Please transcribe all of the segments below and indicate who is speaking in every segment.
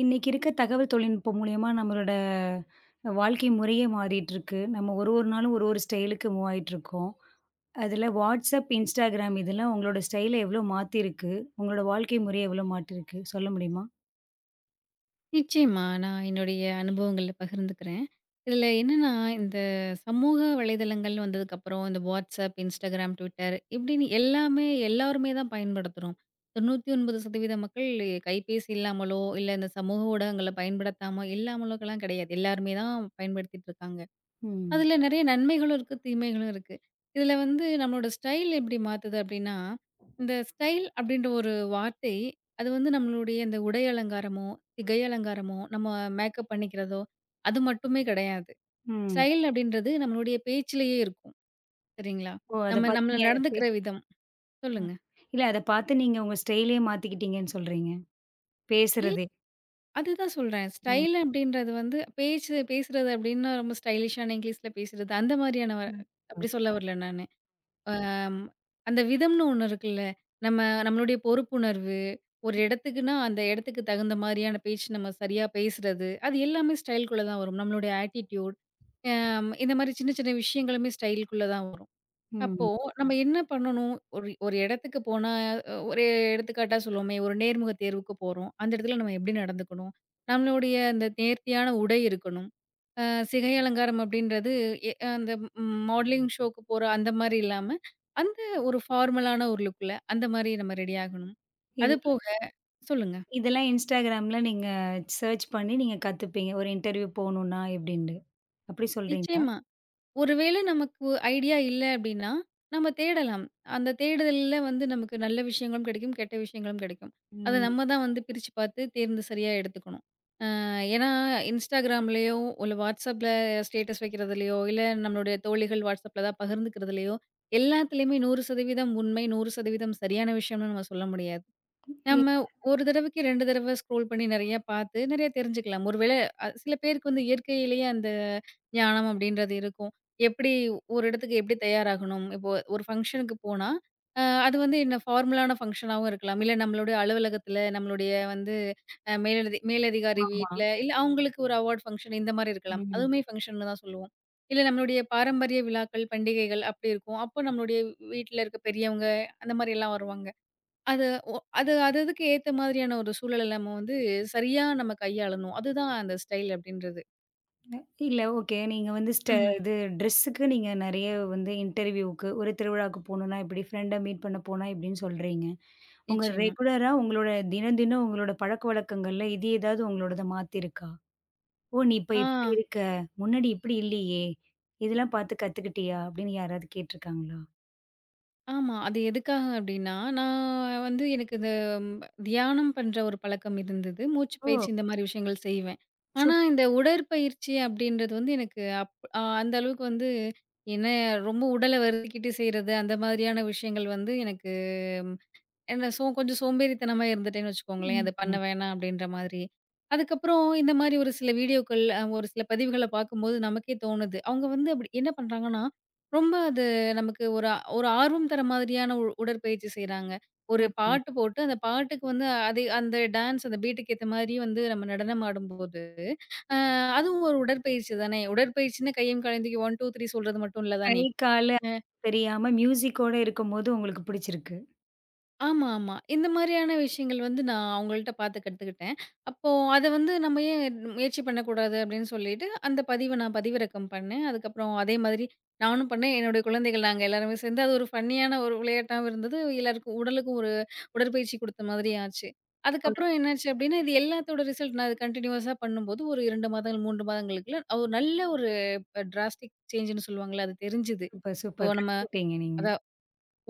Speaker 1: இன்னைக்கு இருக்க தகவல் தொழில்நுட்பம் மூலியமா நம்மளோட வாழ்க்கை முறையே மாறிட்டு இருக்கு. நம்ம ஒரு ஒரு நாளும் ஒரு ஒரு ஸ்டைலுக்கு மூவ் ஆயிட்டு இருக்கோம். அதில WhatsApp, Instagram இதெல்லாம் உங்களோட ஸ்டைல எவ்வளோ மாத்திருக்கு? உங்களோட வாழ்க்கை முறைய எவ்வளோ மாற்றிருக்கு? சொல்ல முடியுமா?
Speaker 2: நிச்சயமா. நான் என்னுடைய அனுபவங்கள பகிர்ந்துக்கிறேன். இதில என்னன்னா, இந்த சமூக வலைதளங்கள் வந்ததுக்கப்புறம், இந்த WhatsApp, Instagram, Twitter இப்படின்னு எல்லாமே எல்லாருமே தான் பயன்படுத்துறோம். 99% மக்கள் கைபேசி இல்லாமலோ, இல்ல இந்த சமூக ஊடகங்கள பயன்படுத்தாம இல்லாமலோக்கெல்லாம் கிடையாது. எல்லாருமே தான் பயன்படுத்திட்டு இருக்காங்க.
Speaker 1: ம்.
Speaker 2: அதில நெறைய நன்மைகளும் இருக்கு, தீமைகளும் இருக்கு. இதில வந்து நம்மளோட ஸ்டைல் எப்படி மாத்துது அப்படின்னா, இந்த ஸ்டைல் அப்படின்ற ஒரு வார்த்தை, அது வந்து நம்மளுடைய இந்த உடை அலங்காரமோ, திகை அலங்காரமோ, நம்ம மேக்கப் பண்ணிக்கிறதோ, அது மட்டுமே கிடையாது.
Speaker 1: ம்.
Speaker 2: ஸ்டைல் அப்படின்றது நம்மளுடைய பேச்சிலேயே இருக்கும். சரிங்களா?
Speaker 1: ஓ! அத
Speaker 2: நம்ம
Speaker 1: பார்த்து
Speaker 2: நம்மள
Speaker 1: நீங்க பே
Speaker 2: நடந்துக்கிற விதம்.
Speaker 1: அ
Speaker 2: சொல்லுங்க.
Speaker 1: இல்ல அத பார்த்து நீங்க உங்க ஸ்டைலே மாத்திக்கிட்டீங்கன்னு சொல்றீங்க.
Speaker 2: இல்
Speaker 1: பேசுறதே.
Speaker 2: அதுதான் சொல்றேன்.
Speaker 1: ம்.
Speaker 2: ஸ்டைல் அப்படின்றது வந்து பேச்சு பேசுறது அப்படின்னா ரொம்ப ஸ்டைலிஷான இங்கிலீஷ்ல பேசுறது, அந்த மாரியான
Speaker 1: ம்.
Speaker 2: அப்படி சொல்ல வரல நானு. அம் அந்த விதம்னு ஒண்ணு இருக்குல்ல. நம்ம நம்மளுடைய பொறுப்புணர்வு, ஒரு இடத்துக்குன்னா, அந்த இடத்துக்கு தகுந்த மாரியான பேச்சு நம்ம சரியா பேசுறது, அது எல்லாமே ஸ்டைல்குள்ள தான் வரும். நம்மளுடைய ஆட்டிட்யூட், இந்த மாரி சின்ன சின்ன விஷயங்களுமே ஸ்டைல்குள்ள தான் வரும். அப்போ
Speaker 1: ம்.
Speaker 2: நம்ம என்ன பண்ணணும்? ஒரு ஒரு இடத்துக்கு போனா, அ ஒரு எடுத்துக்காட்டா சொல்லுவோமே, ஒரு நேர்முக தேர்வுக்கு போறோம். அந்த இடத்துல நம்ம எப்படி நடந்துக்கணும்? நம்மளுடைய அந்த நேர்த்தியான உடை இருக்கணும். அ சிகை அலங்காரம் அப்படின்றது எ அந்த மாடலிங் ஷோக்கு போற அந்த மாரி இல்லாம, அந்த ஒரு ஃபார்மலான ஒரு லுக்ல அந்த மாரி நம்ம ரெடி ஆகணும். அது
Speaker 1: இதெல்லாம்
Speaker 2: போக சொல்லுங்க.
Speaker 1: இதெல்லாம் Instagramல நீங்க சர்ச் பண்ணி நீங்க கத்துப்பீங்க. ஒரு இன்டர்வியூ போணும்னா எப்படின்ட்டு. அப்படி சொல்றீங்களா?
Speaker 2: நிச்சயமா. ஒருவேள நமக்கு ஐடியா இல்ல அப்டின்னா, நம்ம தேடலாம். அந்த தேடுதல்ல வந்து நமக்கு நல்ல விஷயங்களும் கிடைக்கும், கெட்ட விஷயங்களும் கிடைக்கும். அத
Speaker 1: ம்.
Speaker 2: நம்ம தான் வந்து பிரிச்சு பார்த்து தேர்ந்து சரியா எடுத்துக்கணும். ஏன்னா Instagramலயோ, இல்ல WhatsAppல ஸ்டேட்டஸ் வைக்கிறதுலயோ, இல்ல நம்மளுடைய தோழிகள் WhatsAppல தான் பகிர்ந்துக்கிறதுலயோ, எல்லாத்துலயுமே 100% உண்மை, 100% சரியான விஷயம்னு நம்ம சொல்ல முடியாது.
Speaker 1: இ
Speaker 2: நம்ம ஒரு தடவைக்கு 2 தடவ ஸ்க்ரோல் பண்ணி நெறையா பார்த்து, நெறையா தெரிஞ்சுக்கலாம். ஒருவேள சில பேருக்கு வந்து இயற்கையிலேயே அந்த ஞானம் அப்படின்றது இருக்கும். எப்படி ஒரு இடத்துக்கு எப்படி தயாராகணும்? இப்போ ஒரு ஃபங்ஷனுக்கு போனா, அது வந்து என்ன ஃபார்மலான ஃபங்ஷனாவும் இருக்கலாம். இல்ல நம்மளுடைய அலுவலகத்தில, நம்மளுடைய வந்து அ மேலதி மேலதிகாரி
Speaker 1: ஆமா.
Speaker 2: வீட்ல, இல்ல அவங்களுக்கு ஒரு அவார்ட் ஃபங்ஷன் இந்த மாரி இருக்கலாம்.
Speaker 1: ம்.
Speaker 2: அதுவுமே ஃபங்ஷன்னு தான் சொல்லுவோம். இல்ல நம்மளுடைய பாரம்பரிய விழாக்கள், பண்டிகைகள் அப்படி இருக்கும். அப்போ நம்மளுடைய வீட்ல இருக்க பெரியவங்க, அந்த மாரியெல்லாம் வருவாங்க. அது ஒ அது அது அதுக்கு ஏத்த மாதிரியான ஒரு சூழல நம்ம வந்து சரியா நம்ம கையாளணும். அதுதான் அந்த ஸ்டைல் அப்படின்றது.
Speaker 1: அ இல்ல ஓகே. நீங்க வந்து ஸ்ட
Speaker 2: ம்ஹ்ம்.
Speaker 1: இது ட்ரெஸ்ஸுக்கு நீங்க நெறைய வந்து இன்டர்வியூக்கு, ஒரு திருவிழாவுக்கு போணும்னா இப்படி, ஃப்ரெண்ட மீட் பண்ண போனா இப்படின்னு சொல்றீங்க. உங்க
Speaker 2: நிச்சயமா.
Speaker 1: ரெகுலரா உங்களோட தினம் தினம் உங்களோட பழக்கவழக்கங்கள்ல இது ஏதாவது உங்களோடத மாத்திருக்கா? "ஓ! நீ இப்ப
Speaker 2: ஆ,
Speaker 1: இப்படி இருக்க. முன்னாடி இப்படி இல்லையே. இதெல்லாம் பார்த்து கத்துக்கிட்டியா?" அப்படின்னு யாராவது கேட்டுருக்காங்களா?
Speaker 2: ஆமா. அது எதுக்காக அப்படின்னா, நான் வந்து எனக்கு இந்த ம் தியானம் பண்ற ஒரு பழக்கம் இருந்தது. மூச்சு
Speaker 1: ஓ!
Speaker 2: பயிற்சி இந்த மாரி விஷயங்கள் செய்வேன். ஆனா, இந்த
Speaker 1: சூப்பர்.
Speaker 2: உடற்பயிற்சி அப்படின்றது வந்து எனக்கு அப் அ அந்த அளவுக்கு வந்து என்ன ரொம்ப உடல வருத்திக்கிட்டு செய்றது, அந்த மாதிரியான விஷயங்கள் வந்து எனக்கு சோ கொஞ்சம் சோம்பேறித்தனமா இருந்துட்டேன்னு வச்சுக்கோங்களேன்.
Speaker 1: ம்.
Speaker 2: அது பண்ண
Speaker 1: ம்.
Speaker 2: வேணாம் அப்படின்ற மாதிரி. அதுக்கப்புறம் இந்த மாரி ஒரு சில வீடியோக்கள், ஒரு சில பதிவுகள பார்க்கும்போது நமக்கே தோணுது. அவங்க வந்து அப்படி என்ன பண்றாங்கன்னா, ரொம்ப அது நமக்கு ஒரு ஆர்வம் தர மாதிரியான உடற்பயிற்சி செய்றாங்க. ஒரு
Speaker 1: அ.
Speaker 2: பாட்டு போட்டு அந்த பாட்டுக்கு வந்து அதே அந்த டான்ஸ் அந்த பீட்டுக்கு ஏத்த மாரி வந்து நம்ம நடனம் ஆடும்போது, அ அதுவும் ஒரு உடற்பயிற்சி தானே. உடற்பயிற்சின்னு கையும் கலந்தூக்கி 1, 2, 3 சொல்றது மட்டும் இல்ல
Speaker 1: கை,
Speaker 2: தானே.
Speaker 1: காலு தெரியாம மியூசிக்கோட இருக்கும்போது உங்களுக்கு பிடிச்சிருக்கு.
Speaker 2: ஆமா, ஆமா. இந்த மாரியான விஷயங்கள் வந்து நான் அவங்கள்ட்ட பார்த்து கத்துக்கிட்டேன். அப்போ அத வந்து நம்ம ஏன் முயற்சி பண்ணக்கூடாது அப்படின்னு சொல்லிட்டு, அந்த பதிவ நான் பதிவிறக்கம் பண்ணேன். அதுக்கப்புறம் அதே மாதிரி நானும் பண்ணேன். என்னுடைய குழந்தைகள் நாங்க எல்லாருமே சேர்ந்து அது ஒரு ஃபன்னியான ஒரு விளையாட்டாவும் இருந்தது. எல்லாருக்கும் உடலுக்கும் ஒரு உடற்பயிற்சி குடுத்த மாதிரி ஆச்சு. அதுக்கப்புறம் என்னாச்சு அப்படின்னா, இது எல்லாத்தோட ரிசல்ட் நான் அது கன்டினியூவஸா பண்ணும்போது ஒரு 2 மாதங்கள், 3 மாதங்களுக்குள்ள ஒரு நல்ல ஒரு டிராஸ்டிக் சேஞ்சுன்னு சொல்லுவாங்கல்ல, அது தெரிஞ்சுது.
Speaker 1: சூப்பர்,
Speaker 2: இப்போ
Speaker 1: சூப்பர்.
Speaker 2: நம்ம
Speaker 1: கத்துக்கிட்டீங்க நீங்க.
Speaker 2: அத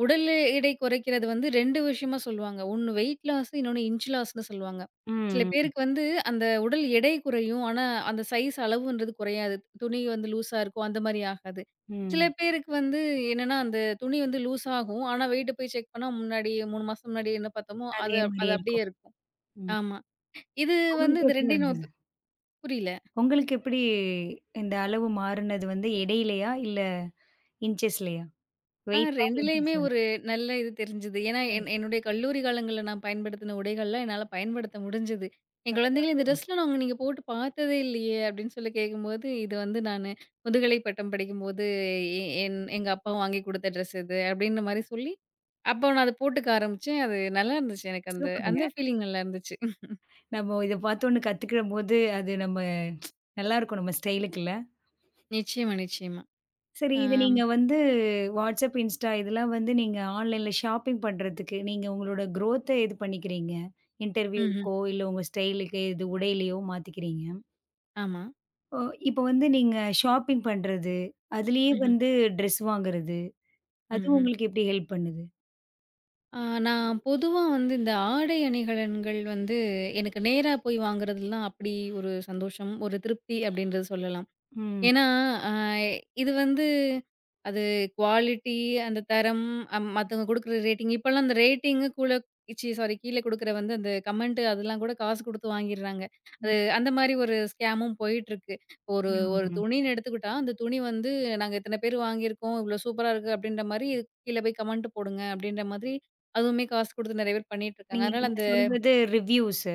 Speaker 2: உடல் எடை குறைக்கிறது வந்து 2 விஷயமா சொல்லுவாங்க. ஒண்ணு வெயிட் லாஸ், இன்னொன்னு இன்ச் லாஸ்ன்னு சொல்லுவாங்க. சில
Speaker 1: ம்,
Speaker 2: பேருக்கு வந்து அந்த உடல் எடை குறையும். ஆனா, அந்த சைஸ் அளவுன்றது குறையாது. துணி வந்து லூஸா இருக்கும். அந்த மாரி ஆகாது.
Speaker 1: ம்,
Speaker 2: சில
Speaker 1: ம்.
Speaker 2: பேருக்கு வந்து என்னன்னா, அந்த துணி வந்து லூஸ் ஆகும். ஆனா, வெயிட்ட போய் செக் பண்ணா முன்னாடி 3 மாசம் முன்னாடி என்ன பாத்தோமோ,
Speaker 1: அதே
Speaker 2: அது அது
Speaker 1: மாரியே
Speaker 2: அப்படியே
Speaker 1: இருக்கும்.
Speaker 2: இருக்கும்.
Speaker 1: ம்.
Speaker 2: ஆமா. இது வந்து
Speaker 1: உங்களுக்கு
Speaker 2: இந்த
Speaker 1: எப்படி
Speaker 2: 2யும்
Speaker 1: இருந்தது?
Speaker 2: புரியல.
Speaker 1: உங்களுக்கு எப்படி இந்த அளவு மாறுனது வந்து இடையிலயா? இல்ல இன்ச்சஸ்லயா?
Speaker 2: ஆ
Speaker 1: வெயிட்டா?
Speaker 2: 2லயுமே
Speaker 1: இன்ச்சஸா?
Speaker 2: ஒரு நல்ல இது தெரிஞ்சது. ஏன்னா, என்னுடைய கல்லூரி காலங்கள்ல நான் பயன்படுத்தின உடைகள்லாம் என்னால பயன்படுத்த முடிஞ்சது. என் குழந்தைகள் "இந்த
Speaker 1: சூப்பர்.
Speaker 2: ட்ரெஸ்லாம் நாங்க நீங்க போட்டு பார்த்ததே இல்லையே!" அப்படின்னு சொல்லி கேட்கும்போது, இது வந்து நானு முதுகலை பட்டம் படிக்கும்போது எ என் எங்க அப்பா வாங்கி குடுத்த ட்ரெஸ் இது அப்படின்ற மாரி சொல்லி, அப்போ நான் அத போட்டுக்க ஆரம்பிச்சேன். அது நல்லா இருந்துச்சு எனக்கு அந்த
Speaker 1: சூப்பருங்க.
Speaker 2: அந்த ஃபீலிங் நல்லா இருந்துச்சு.
Speaker 1: நம்ம இத பார்த்தோன்னு கத்துக்கிடம்போது, அது நம்ம நல்லாருக்கும் நம்ம ஸ்டைலுக்குல்ல.
Speaker 2: நிச்சயமா, நிச்சயமா.
Speaker 1: சரி இது
Speaker 2: ஆம்.
Speaker 1: நீங்க வந்து WhatsApp, Insta இதெல்லாம் வந்து நீங்க ஆன்லைன்ல ஷாப்பிங் பண்றதுக்கு, நீங்க உங்களோட குரோத்த இது பண்ணிக்கிறீங்க.
Speaker 2: ம்ஹ்ம்.
Speaker 1: இன்டர்வியூக்கோ, இல்ல உங்க ஸ்டைலுக்கு இது உடையிலயோ மாத்திக்கிறீங்க.
Speaker 2: ஆமா.
Speaker 1: ஓ! இப்ப வந்து நீங்க ஷாப்பிங் பண்றது, அதுலயே
Speaker 2: ம்ஹ்ம்.
Speaker 1: வந்து ட்ரெஸ் வாங்குறது, அது
Speaker 2: ம்ஹ்ம்.
Speaker 1: உங்களுக்கு எப்படி ஹெல்ப் பண்ணுது?
Speaker 2: ஆ, நான் பொதுவா வந்து இந்த ஆடை அணிகலன்கள் வந்து எனக்கு நேரா போய் வாங்குறதுலாம் அப்படி ஒரு சந்தோஷம், ஒரு திருப்தி அப்படின்றது சொல்லலாம்.
Speaker 1: ம்.
Speaker 2: ஏன்னா, அ இது வந்து அது குவாலிட்டி, அந்த தரம், மத்தவங்க குடுக்குற ரேட்டிங் இப்பலாம் அந்த ரேட்டிங்கு கூட ச்சீ சாரி கீழ குடுக்குற வந்து அந்த கமெண்ட் அதெல்லாம் கூட காசு குடுத்து வாங்கிர்றாங்க.
Speaker 1: ம்.
Speaker 2: அது அந்த மாரி ஒரு ஸ்கேமும் போயிட்டுருக்கு. ஒரு ஒரு
Speaker 1: ம்.
Speaker 2: துணின்னு எடுத்துக்கிட்டா, அந்த துணி வந்து நாங்க இத்தன பேர் வாங்கியிருக்கோம், இவ்ளோ சூப்பரா இருக்கு அப்டின்ற மாரி கீழ போய் கமெண்ட் போடுங்க அப்டின்ற மாதிரி அதுவுமே காசு குடுத்து நெறைய பேர் பண்ணிட்டுருக்காங்க.
Speaker 1: நீங்க
Speaker 2: அதனால
Speaker 1: நீங்க
Speaker 2: அந்த
Speaker 1: சொல்றது ரிவ்யூஸு.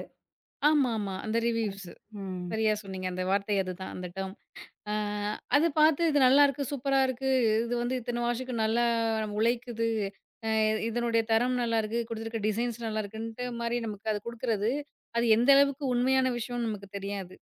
Speaker 2: ஆமாமா. அந்த
Speaker 1: ம்.
Speaker 2: ரிவ்யூவ்ஸு.
Speaker 1: ம்.
Speaker 2: சரியா சொன்னீங்க. அந்த வார்த்தை அதுதான் அந்த டேர்ம். அ அது பார்த்து இது நல்லாருக்கு, சூப்பரா இருக்கு. இது வந்து இத்தன வாஷுக்கு நல்லா நம்ம உழைக்குது. அ இதனுடைய தரம் நல்லாருக்கு. குடுத்துருக்க டிசைன்ஸ் நல்லாருக்குன்ட்டு மாரி நமக்கு அது குடுக்குறது, அது எந்த அளவுக்கு உண்மையான விஷயம்னு நமக்கு தெரியாது.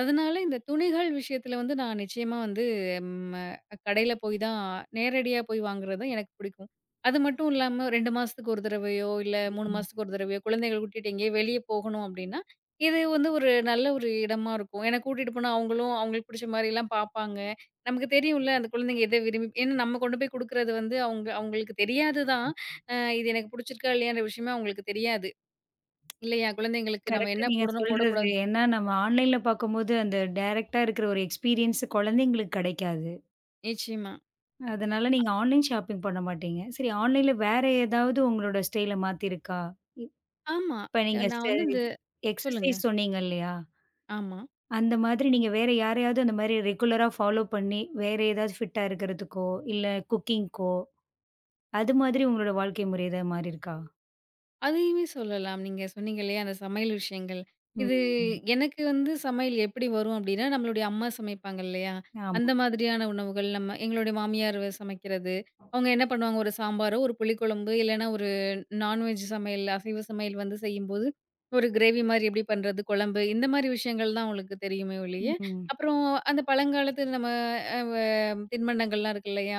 Speaker 2: அதனால இந்த துணிகள் விஷயத்துல வந்து நான் நிச்சயமா வந்து ம், அ கடையில போய் தான் நேரடியா போய் வாங்குறது தான் எனக்கு பிடிக்கும். அது மட்டும் இல்லாம 2 மாசத்துக்கு ஒரு தடவையோ, இல்ல 3
Speaker 1: ம்.
Speaker 2: மாசத்துக்கு ஒரு தடவையோ குழந்தைகள கூட்டிட்டு எங்கேயோ வெளிய போகணும் அப்படின்னா, இது வந்து ஒரு நல்ல ஒரு இடமா இருக்கும். ஏன்னா கூட்டிட்டு போனா அவங்களும் அவங்களுக்கு பிடிச்ச மாரிலாம் பார்ப்பாங்க. நமக்கு தெரியும்ல அந்த குழந்தைங்க எத விரும்பி ஏன்னா நம்ம கொண்டு போய் குடுக்குறது வந்து அவங்க அவங்களுக்கு தெரியாது தான். இது எனக்கு பிடிச்சிருக்கா இல்லையான்ற விஷயமே அவங்களுக்கு தெரியாது. இல்லையா? குழந்தைங்களுக்கு நம்ம
Speaker 1: கரெக்ட்டு
Speaker 2: என்ன
Speaker 1: நீங்க
Speaker 2: போடணும்
Speaker 1: சொல்றது.
Speaker 2: போடக்கூடாது
Speaker 1: ஏன்னா நம்ம ஆன்லைன்ல பார்க்கும்போது அந்த டைரக்ட்டா இருக்கிற ஒரு எக்ஸ்பீரியன்ஸ் குழந்தைங்களுக்கு கிடைக்காது.
Speaker 2: நிச்சயமா.
Speaker 1: அதனால நீங்க ஆன்லைன் ஷாப்பிங் பண்ண மாட்டீங்க. சரி ஆன்லைன்ல வேற ஏதாவது உங்களோட ஸ்டைல மாத்திருக்கா?
Speaker 2: ஆமா.
Speaker 1: இப்ப நீங்க
Speaker 2: நான்
Speaker 1: செ
Speaker 2: வந்து இந்த சொல்லுங்க.
Speaker 1: எக்ஸர்சைஸ் சொன்னீங்க இல்லையா?
Speaker 2: ஆமா.
Speaker 1: அந்த மாதிரி நீங்க வேற யாரையாவது அந்த மாரி ரெகுலரா ஃபாலோ பண்ணி, வேற ஏதாவது ஃபிட்டா இருக்கிறதுக்கோ, இல்ல குக்கிங்க்கோ, அது மாதிரி உங்களோட வாழ்க்கை முறை ஏதாவது மாறியிருக்கா?
Speaker 2: அதையுமே சொல்லலாம். நீங்க சொன்னீங்க இல்லையா, அந்த சமையல் விஷயங்கள். இது
Speaker 1: ம்.
Speaker 2: எனக்கு வந்து சமையல் எப்படி வரும் அப்படின்னா, நம்மளுடைய அம்மா சமைப்பாங்க இல்லையா,
Speaker 1: ஆமா.
Speaker 2: அந்த மாதிரியான உணவுகள் நம்ம எங்களுடைய மாமியார் வ- சமைக்கிறது. அவங்க என்ன பண்ணுவாங்க, ஒரு சாம்பாரோ, ஒரு புளிக்குழம்பு இல்லைன்னா ஒரு நான்வெஜ் சமையல், அசைவ சமையல் வந்து செய்யும்போது, ஒரு கிரேவி மாரி எப்படி பண்றது, குழம்பு இந்த மாரி விஷயங்கள் தான் அவங்களுக்கு தெரியுமே ஒழிய,
Speaker 1: ம்.
Speaker 2: அப்புறம் அந்த பழங்காலத்து நம்ம அ வ தின்பண்டங்கள்லாம் இருக்கு இல்லையா,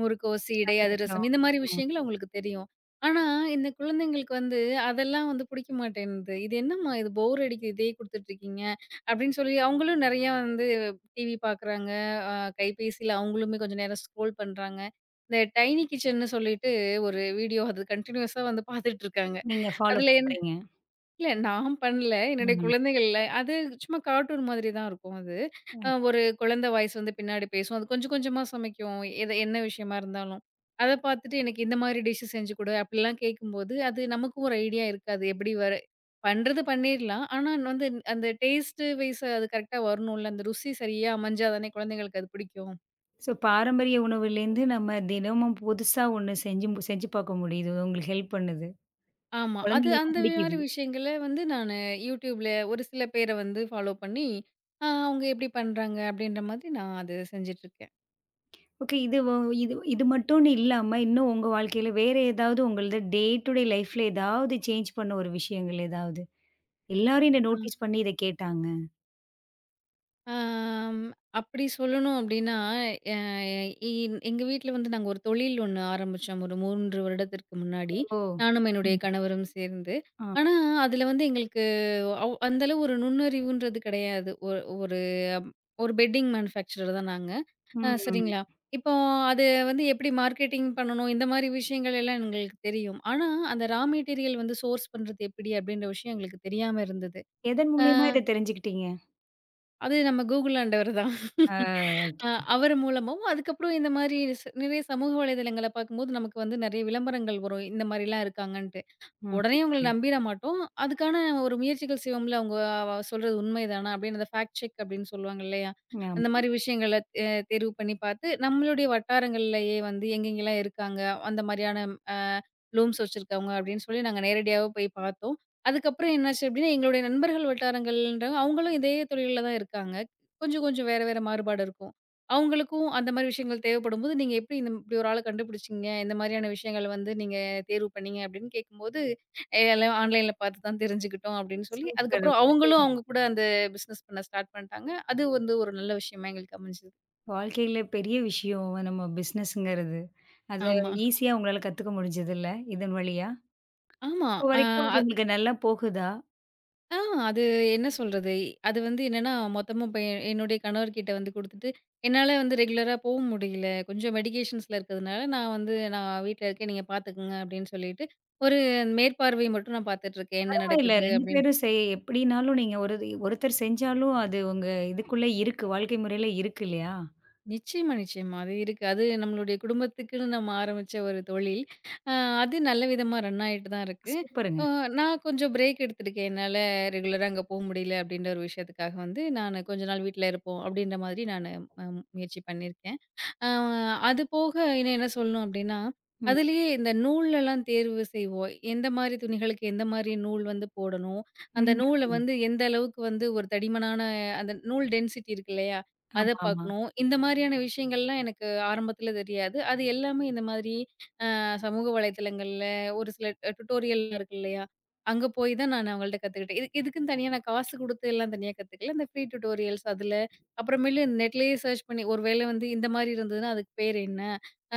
Speaker 2: முறுக்கோ, சீடை,
Speaker 1: அதுதான்.
Speaker 2: அதிரசம் இந்த மாரி
Speaker 1: ம்.
Speaker 2: விஷயங்கள் அவங்களுக்கு தெரியும். ஆனா, இந்த குழந்தைங்களுக்கு வந்து அதெல்லாம் வந்து பிடிக்க மாட்டேன்து. "இது என்னம்மா இது போர் அடிக்குது இதையே குடுத்துட்டுருக்கீங்க." அப்படின்னு சொல்லி அவங்களும் நெறையா வந்து டிவி பார்க்குறாங்க. கைபேசியில அவங்களுமே கொஞ்சம் நேரம் ஸ்க்ரோல் பண்றாங்க. இந்த டைனி கிச்சன்னு சொல்லிட்டு ஒரு வீடியோ அது கன்டினியூஸா வந்து பார்த்துட்டுருக்காங்க.
Speaker 1: நீங்க ஃபாலோ
Speaker 2: அதுல
Speaker 1: பண்றீங்க.
Speaker 2: இல்ல நான் பண்ணல. என்னுடைய
Speaker 1: ம்.
Speaker 2: குழந்தைகள்ல அது சும்மா கார்ட்டூன் மாதிரி தான் இருக்கும் அது.
Speaker 1: ஓகே.
Speaker 2: ஒரு குழந்தை வாய்ஸ் வந்து பின்னாடி பேசும். அது கொஞ்சம் கொஞ்சமா சமைக்கும். எது என்ன விஷயமா இருந்தாலும். அத பார்த்துட்டு எனக்கு இந்த மாதிரி டிஷ் செஞ்சு கொடு அப்படிலாம் கேட்கும்போது, அது நமக்கும் ஒரு ஐடியா இருக்காது. எப்படி வர பண்றது பண்ணிரலாம். ஆனா வந்து அந்த டேஸ்ட் வைஸ் அது கரெக்ட்டா வரணும்ல. அந்த ருசி சரியா அமைஞ்சா தானே குழந்தைங்களுக்கு அது பிடிக்கும்.
Speaker 1: ஸோ பாரம்பரிய உணவுலேருந்து நம்ம தினமும் புதுசா ஒண்ணு செஞ்சு பார்க்க முடியுது. உங்களுக்கு ஹெல்ப் பண்ணுது.
Speaker 2: ஆமா. அது
Speaker 1: குழந்தைகளுக்கும்
Speaker 2: அந்த மாரி
Speaker 1: பிடிக்குது.
Speaker 2: விஷயங்கள வந்து நானு YouTubeல ஒரு சில பேர வந்து ஃபாலோ பண்ணி, அவங்க எப்படி பண்றாங்க அப்படின்ற மாதிரி நான் அது செஞ்சுட்டுருக்கேன்.
Speaker 1: ஓகே. இது இது மட்டும்னு இல்லாம, இன்னும் உங்க வாழ்க்கையில வேற ஏதாவது உங்களது டே டு டே லைஃப்ல ஏதாவது சேஞ்ச் பண்ண ஒரு விஷயங்கள் ஏதாவது? எல்லாரும் இத
Speaker 2: ஆ.
Speaker 1: நோட்டீஸ் பண்ணி இத கேட்டாங்க.
Speaker 2: ஆம் அப்படி சொல்லணும் அப்படின்னா, அ இன் எங்க வீட்ல வந்து நாங்க ஒரு தொழில் ஒண்ணு ஆரம்பிச்சோம். ஒரு 3 வருடத்திற்கு முன்னாடி.
Speaker 1: ஓ!
Speaker 2: நானும் என்னுடைய
Speaker 1: ம்.
Speaker 2: கணவரும் சேர்ந்து.
Speaker 1: ஆ.
Speaker 2: ஆனா, அதுல வந்து எங்களுக்கு அந்த அளவு ஒரு நுண்ணறிவுன்றது கிடையாது. ஒரு அம், ஒரு பெட்டிங் மேனுஃபேக்சரர் தான் நாங்க. ஆ
Speaker 1: ம்.
Speaker 2: சரிங்களா. இப்போ அது வந்து எப்படி மார்க்கெட்டிங் பண்ணணும், இந்த மாரி விஷயங்கள் எல்லாம் எங்களுக்கு தெரியும். ஆனா, அந்த ரா மெட்டீரியல் வந்து சோர்ஸ் பண்றது எப்படி அப்படின்ற விஷயம் எங்களுக்கு தெரியாம இருந்தது.
Speaker 1: எதன்
Speaker 2: ஆ
Speaker 1: மூலியமா இத தெரிஞ்சுக்கிட்டீங்க?
Speaker 2: அது நம்ம கூகுள் ஆண்டவர் தான்.
Speaker 1: ஆ
Speaker 2: அ
Speaker 1: ஓகே.
Speaker 2: அவர் மூலமும், அதுக்கப்புறம் இந்த மாரி நிறைய சமூக வலைதளங்கள பார்க்கும்போது நமக்கு வந்து நெறைய விளம்பரங்கள் வரும். இந்த மாரிலாம் இருக்காங்கன்ட்டு.
Speaker 1: ம்.
Speaker 2: உடனே அவங்கள
Speaker 1: ம்.
Speaker 2: நம்பிட மாட்டோம். அதுக்கான ஒரு முயற்சிகள் செய்வோம்ல. அவங்க சொல்றது உண்மைதானா அப்படின்னு அந்த ஃபேக்ட் செக் அப்படின்னு சொல்லுவாங்க இல்லையா?
Speaker 1: ஆமா.
Speaker 2: அந்த மாரி விஷயங்கள தேர்வு பண்ணி பார்த்து, நம்மளுடைய வட்டாரங்கள்லயே வந்து எங்கெங்கலாம் இருக்காங்க, அந்த மாரியான அ ரூம்ஸ் வச்சிருக்காங்க அப்படின்னு சொல்லி நாங்க நேரடியாவே போய் பார்த்தோம். அதுக்கப்புறம் என்னாச்சு அப்படின்னா, எங்களுடைய நண்பர்கள் வட்டாரங்கள்ன்றவங்க அவங்களும் இதே தொழில்ல தான் இருக்காங்க. கொஞ்சம் கொஞ்சம் வேற வேற மாறுபாடு இருக்கும். அவங்களுக்கும் அந்த மாரி விஷயங்கள் தேவைப்படும்போது, "நீங்க எப்படி இந்த இப்படி ஒரு ஆள கண்டுபிடிச்சீங்க? இந்த மாரியான விஷயங்கள் வந்து நீங்க தேர்வு பண்ணீங்க?" அப்படின்னு கேட்கும்போது எல்லாம் ஆன்லைன்ல பார்த்து தான் தெரிஞ்சுக்கிட்டோம் அப்படின்னு சொல்லி,
Speaker 1: சூப்பர்.
Speaker 2: அதுக்கப்புறம் அவங்களும் அவங்க கூட அந்த பிசினஸ் பண்ண ஸ்டார்ட் பண்ணிட்டாங்க. அது வந்து ஒரு நல்ல விஷயமா எங்களுக்கு அமைஞ்சது.
Speaker 1: வாழ்க்கையில பெரிய விஷயம் நம்ம பிசினஸ்ங்கிறது. அத
Speaker 2: ஆமா.
Speaker 1: ஈஸியா உங்களால கத்துக்க முடிஞ்சதுல்ல, இதன் வழியா?
Speaker 2: ஆமா.
Speaker 1: இப்போ வரைக்கும்
Speaker 2: அ
Speaker 1: அது
Speaker 2: அத்
Speaker 1: உங்களுக்கு நல்லா போகுதா?
Speaker 2: ஆ அது என்ன சொல்றது? அது வந்து என்னன்னா, மொத்தமும் இப்ப என்னுடைய கணவர்கிட்ட வந்து குடுத்துட்டு, என்னால வந்து ரெகுலரா போ முடியல. கொஞ்சம் மெடிக்கேஷன்ஸ்ல இருக்கிறதுனால, நான் வீட்ல இருக்கேன். நீங்க பார்த்துக்கங்க அப்படின்னு சொல்லிட்டு, ஒரு மேற்பார்வை மட்டும் நான் பார்த்துட்டு இருக்கேன். என்ன
Speaker 1: பரவாயில்ல
Speaker 2: நடக்குது?
Speaker 1: 2
Speaker 2: அப்படின்னு.
Speaker 1: பேரும் செய் எப்படினாலும் நீங்க ஒரு ஒருத்தர் செஞ்சாலும் அது உங்க இதுக்குள்ள இருக்கு. வாழ்க்கை முறையில இருக்கு இல்லையா?
Speaker 2: நிச்சயமா, நிச்சயமா. அது இருக்கு. அது நம்மளுடைய குடும்பத்துக்குன்னு நம்ம ஆரம்பிச்ச ஒரு தொழில். அ அது நல்ல விதமா ரன் ஆயிட்டு தான் இருக்கு.
Speaker 1: சூப்பருங்க.
Speaker 2: அ நான் கொஞ்சம் பிரேக் எடுத்திருக்கேன். என்னால ரெகுலரா அங்க போ முடியல அப்படின்ற ஒரு விஷயத்துக்காக வந்து, நானு கொஞ்ச நாள் வீட்ல இருப்போம் அப்படின்ற மாதிரி நானு அ முயற்சி பண்ணியிருக்கேன். அ அது போக இன்னும் என்ன சொல்லணும் அப்டின்னா,
Speaker 1: ம்.
Speaker 2: அதிலேயே இந்த நூல்லலாம் தேர்வு செய்வோம். எந்த மாரி துணிகளுக்கு எந்த மாரி நூல் வந்து போடணும். அந்த
Speaker 1: ம்.
Speaker 2: நூல வந்து எந்த அளவுக்கு வந்து ஒரு தடிமனான அந்த நூல் டென்சிட்டி இருக்கு இல்லையா? அத
Speaker 1: ஆமாமா.
Speaker 2: பார்க்கணும். இந்த மாரியான விஷயங்கள்லாம் எனக்கு ஆரம்பத்துல தெரியாது. அது எல்லாமே இந்த மாதிரி சமூக வலைதளங்கள்ல ஒரு சில டுட்டோரியல் இருக்கு இல்லையா? அங்க போய் தான் நான் அவங்கள்ட்ட கத்துக்கிட்டேன். இது இதுக்குன்னு தனியா நான் காசு குடுத்து எல்லாம் தனியா கத்துக்கல. இந்த ஃப்ரீ டுட்டோரியல்ஸ் அதுல அப்புறமேலு நெட்லயே சர்ச் பண்ணி ஒரு வேளை வந்து இந்த மாரி இருந்ததுன்னா, அதுக்கு பேர் என்ன?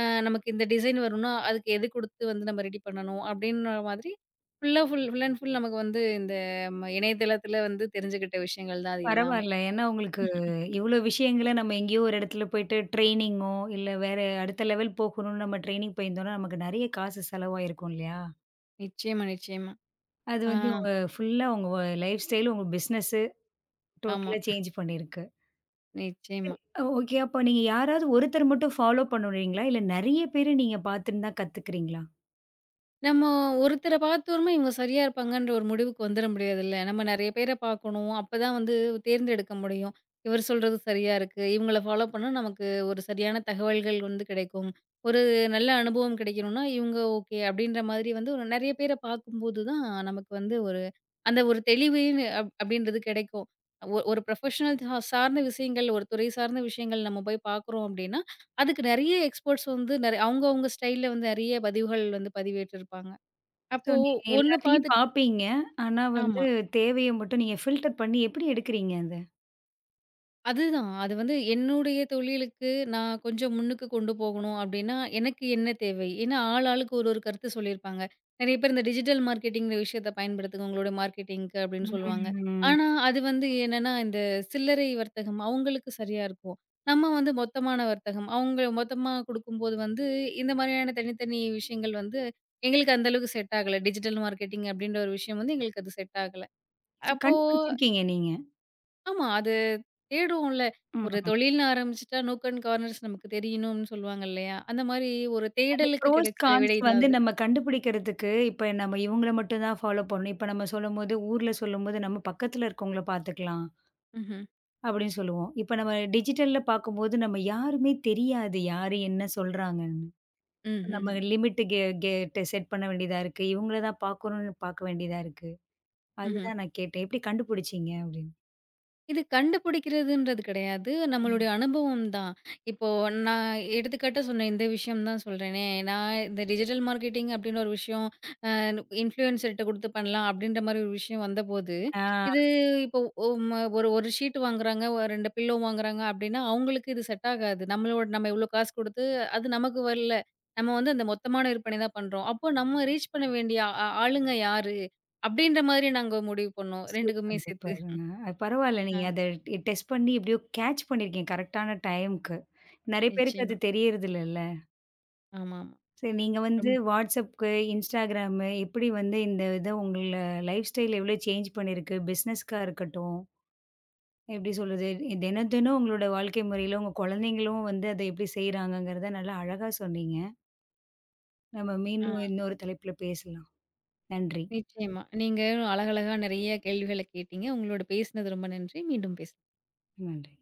Speaker 2: அ நமக்கு இந்த டிசைன் வரும்னா, அதுக்கு எது குடுத்து வந்து நம்ம ரெடி பண்ணணும்? அப்படின்ற மாதிரி ஃபுல்லா ஃபுல் ஃபுல் அண்ட் ஃபுல் நமக்கு வந்து இந்த இணையதளத்துல வந்து தெரிஞ்சுக்கிட்ட விஷயங்கள் தான் அது எல்லாமே.
Speaker 1: பரவால்ல. ஏன்னா உங்களுக்கு இவ்ளோ விஷயங்கள நம்ம எங்கேயோ ஒரு இடத்துல போயிட்டு ட்ரெய்னிங்கோ, இல்ல வேற அடுத்த லெவல் போகணும்னு நம்ம ட்ரெய்னிங் போயிருந்தோம்னா, நமக்கு நெறைய காசு செலவாயிருக்கும் இல்லையா?
Speaker 2: நிச்சயமா, நிச்சயமா.
Speaker 1: அது
Speaker 2: ஆ
Speaker 1: வந்து உங்க ஃபுல்லா உங்க லைஃப் ஸ்டைல், உங்க பிசினஸ்
Speaker 2: ஆமா.
Speaker 1: டோட்டலா சேஞ்ச் பண்ணியிருக்கு.
Speaker 2: நிச்சயமா.
Speaker 1: ஓகே. அப்ப நீங்க யாராவது ஒருத்தர் மட்டும் ஃபாலோ பண்ணுவீங்களா? இல்ல நெறைய பேர நீங்க பார்த்துன்னு தான் கத்துக்கிறீங்களா?
Speaker 2: நம்ம ஒருத்தர பார்த்தோனமே இவங்க சரியா இருப்பாங்கன்ற ஒரு முடிவுக்கு வந்துர முடியாதுல்ல. நம்ம நெறைய பேர பார்க்கணும். அப்பதான் வந்து தேர்ந்தெடுக்க முடியும். இவர் சொல்றது சரியா இருக்கு. இவங்கள ஃபாலோ பண்ணா நமக்கு ஒரு சரியான தகவல்கள் வந்து கிடைக்கும். ஒரு நல்ல அனுபவம் கிடைக்கணும்னா, இவங்க ஓகே. அப்படின்ற மாதிரி வந்து ஒரு நெறைய பேர பார்க்கும்போது தான் நமக்கு வந்து ஒரு அந்த ஒரு தெளிவுன்னு அப்படின்றது கிடைக்கும். ஒரு ப்ரொஃபஷனல் சார்ந்த விஷயங்கள், ஒரு துறை சார்ந்த விஷயங்கள் நம்ம போய் பார்க்குறோம் அப்படின்னா அதுக்கு நெறைய எக்ஸ்பர்ட்ஸ் வந்து அவுங்கவுங்க ஸ்டைல்ல வந்து நெறைய பதிவுகள் வந்து பதிவேற்றிருப்பாங்க.
Speaker 1: ஸோ
Speaker 2: அப்போ
Speaker 1: நீங்க
Speaker 2: ஒண்ணு
Speaker 1: எல்லாத்தையும்
Speaker 2: பார்த்துட்
Speaker 1: பார்ப்பீங்க. ஆனா வந்து
Speaker 2: ஆமா.
Speaker 1: தேவைய மட்டும் நீங்க ஃபில்டர் பண்ணி எப்படி எடுக்கிறீங்க அத?
Speaker 2: அதுதான். அது வந்து என்னுடைய தொழிலுக்கு நான் கொஞ்சம் முன்னுக்கு கொண்டு போகணும் அப்டின்னா, எனக்கு என்ன தேவை? ஏன்னா ஆள் ஆளுக்கு ஒரு ஒரு கருத்து சொல்லியிருப்பாங்க. நெறைய பேர் இந்த டிஜிட்டல் மார்க்கெட்டிங்கிற விஷயத்த பயன்படுத்துங்க உங்களுடைய மார்க்கெட்டிங்க்கு அப்டின்னு சொல்லுவாங்க.
Speaker 1: ம்.
Speaker 2: ஆனா, அது வந்து என்னன்னா இந்த சில்லறை வர்த்தகம் அவங்களுக்கு சரியா இருக்கும். நம்ம வந்து மொத்தமான வர்த்தகம். அவங்க மொத்தமா குடுக்கும்போது வந்து இந்த மாதிரியான தனித்தனி விஷயங்கள் வந்து எங்களுக்கு அந்த அளவுக்கு செட் ஆகல. டிஜிட்டல் மார்க்கெட்டிங் அப்டின்ற ஒரு விஷயம் வந்து எங்களுக்கு அது செட் ஆகல.
Speaker 1: ஸோ
Speaker 2: அப்போ
Speaker 1: கண்டுபிடிச்சிருக்கீங்க நீங்க.
Speaker 2: ஆமா. அது தேடுவோம்ல. ஒரு
Speaker 1: ம்.
Speaker 2: தொழில்னு ஆரம்பிச்சுட்டா, நோக் அண்ட் கார்னர்ஸ் நமக்கு தெரியணும்னு சொல்லுவாங்க இல்லையா? அந்த மாரி ஒரு
Speaker 1: இந்த
Speaker 2: தேடலுக்கு
Speaker 1: ப்ரோஸ்,
Speaker 2: கிடைச்ச
Speaker 1: கான்ஸ்
Speaker 2: விடை தான்
Speaker 1: வந்து
Speaker 2: அது.
Speaker 1: நம்ம கண்டுபிடிக்கிறதுக்கு, இப்ப நம்ம இவங்கள மட்டும் தான் ஃபாலோ பண்ணணும். இப்ப நம்ம சொல்லும்போது, ஊர்ல சொல்லும்போது, நம்ம பக்கத்துல இருக்கவங்கள பார்த்துக்கலாம்
Speaker 2: ம்ஹ்ம்.
Speaker 1: அப்படின்னு சொல்லுவோம். இப்ப நம்ம டிஜிட்டல்ல பார்க்கும்போது, நம்ம யாருமே தெரியாது, யாரு என்ன சொல்றாங்கன்னு. நம்ம
Speaker 2: ம்ஹ்ஹ்ம்.
Speaker 1: லிமிட் கெட் செட் பண்ண வேண்டியதா இருக்கு. இவங்கள தான் பார்க்கணும்னு பார்க்க வேண்டியதா இருக்கு.
Speaker 2: ம்ஹ்ம்.
Speaker 1: அதுதான் நான் கேட்டேன். எப்படி கண்டுபிடிச்சீங்க அப்படின்னு?
Speaker 2: இது கண்டுபிடிக்கிறதுன்றது கிடையாது.
Speaker 1: ம்.
Speaker 2: நம்மளுடைய அனுபவம் தான். இப்போ நான் எடுத்துக்காட்டா சொன்ன இந்த விஷயம் தான் சொல்றேனே. நான் இந்த டிஜிட்டல் மார்க்கெட்டிங் அப்டின்னு ஒரு விஷயம் இன்ஃப்ளூயன்சர்ட்ட குடுத்து பண்ணலாம் அப்படின்ற மாரி ஒரு விஷயம் வந்தபோது,
Speaker 1: ஆ
Speaker 2: இது இப்போ ஒம் ஒரு ஒரு ஷீட் வாங்குறாங்க, ஒரு 2 பில்லோ வாங்குறாங்க அப்படின்னா, அவங்களுக்கு இது செட் ஆகாது. நம்ம இவ்ளோ காசு குடுத்து அது நமக்கு வரல. நம்ம வந்து அந்த மொத்தமான விற்பனை தான் பண்றோம். அப்போ நம்ம ரீச் பண்ண வேண்டிய ஆ ஆ- ஆளுங்க யாரு? அப்படின்ற மாரி நாங்க முடிவு பண்ணோம். 2க்குமே
Speaker 1: சூப்பர்,
Speaker 2: சேர்த்து.
Speaker 1: சூப்பருங்க. அது பரவால்ல. நீங்க
Speaker 2: ஆ
Speaker 1: அத டெஸ்ட் பண்ணி எப்படியோ கேட்ச் பண்ணியிருக்கீங்க கரெக்ட்டான டைம்க்கு. நெறைய பேருக்கு அது
Speaker 2: நிச்சயமா.
Speaker 1: தெரியறதில்லல்ல.
Speaker 2: ஆமாமா.
Speaker 1: சரி. நீங்க வந்து
Speaker 2: ரொம்
Speaker 1: வாட்ஸ்அப்க்கு, Instagram எப்படி வந்து இந்த இத உங்கள லைஃப் ஸ்டைல் எவ்வளோ சேஞ்ச் பண்ணியிருக்கு? பிசினஸ்க்கா இருக்கட்டும், எப்படி சொல்றது? தினம், தினம் உங்களோட வாழ்க்கை முறையில உங்க குழந்தைங்களும் வந்து அத எப்படி செய்றாங்கங்கிறத நல்லா அழகா சொன்னீங்க. நம்ம மீண்டும்
Speaker 2: ஆ
Speaker 1: இன்னொரு தலைப்புல பேசலாம். நன்றி.
Speaker 2: நிச்சயமா. நீங்க அழகழகா நெறைய கேள்விகள கேட்டீங்க. உங்களோட பேசினது ரொம்ப நன்றி. மீண்டும் பேசலாம்.
Speaker 1: நன்றி.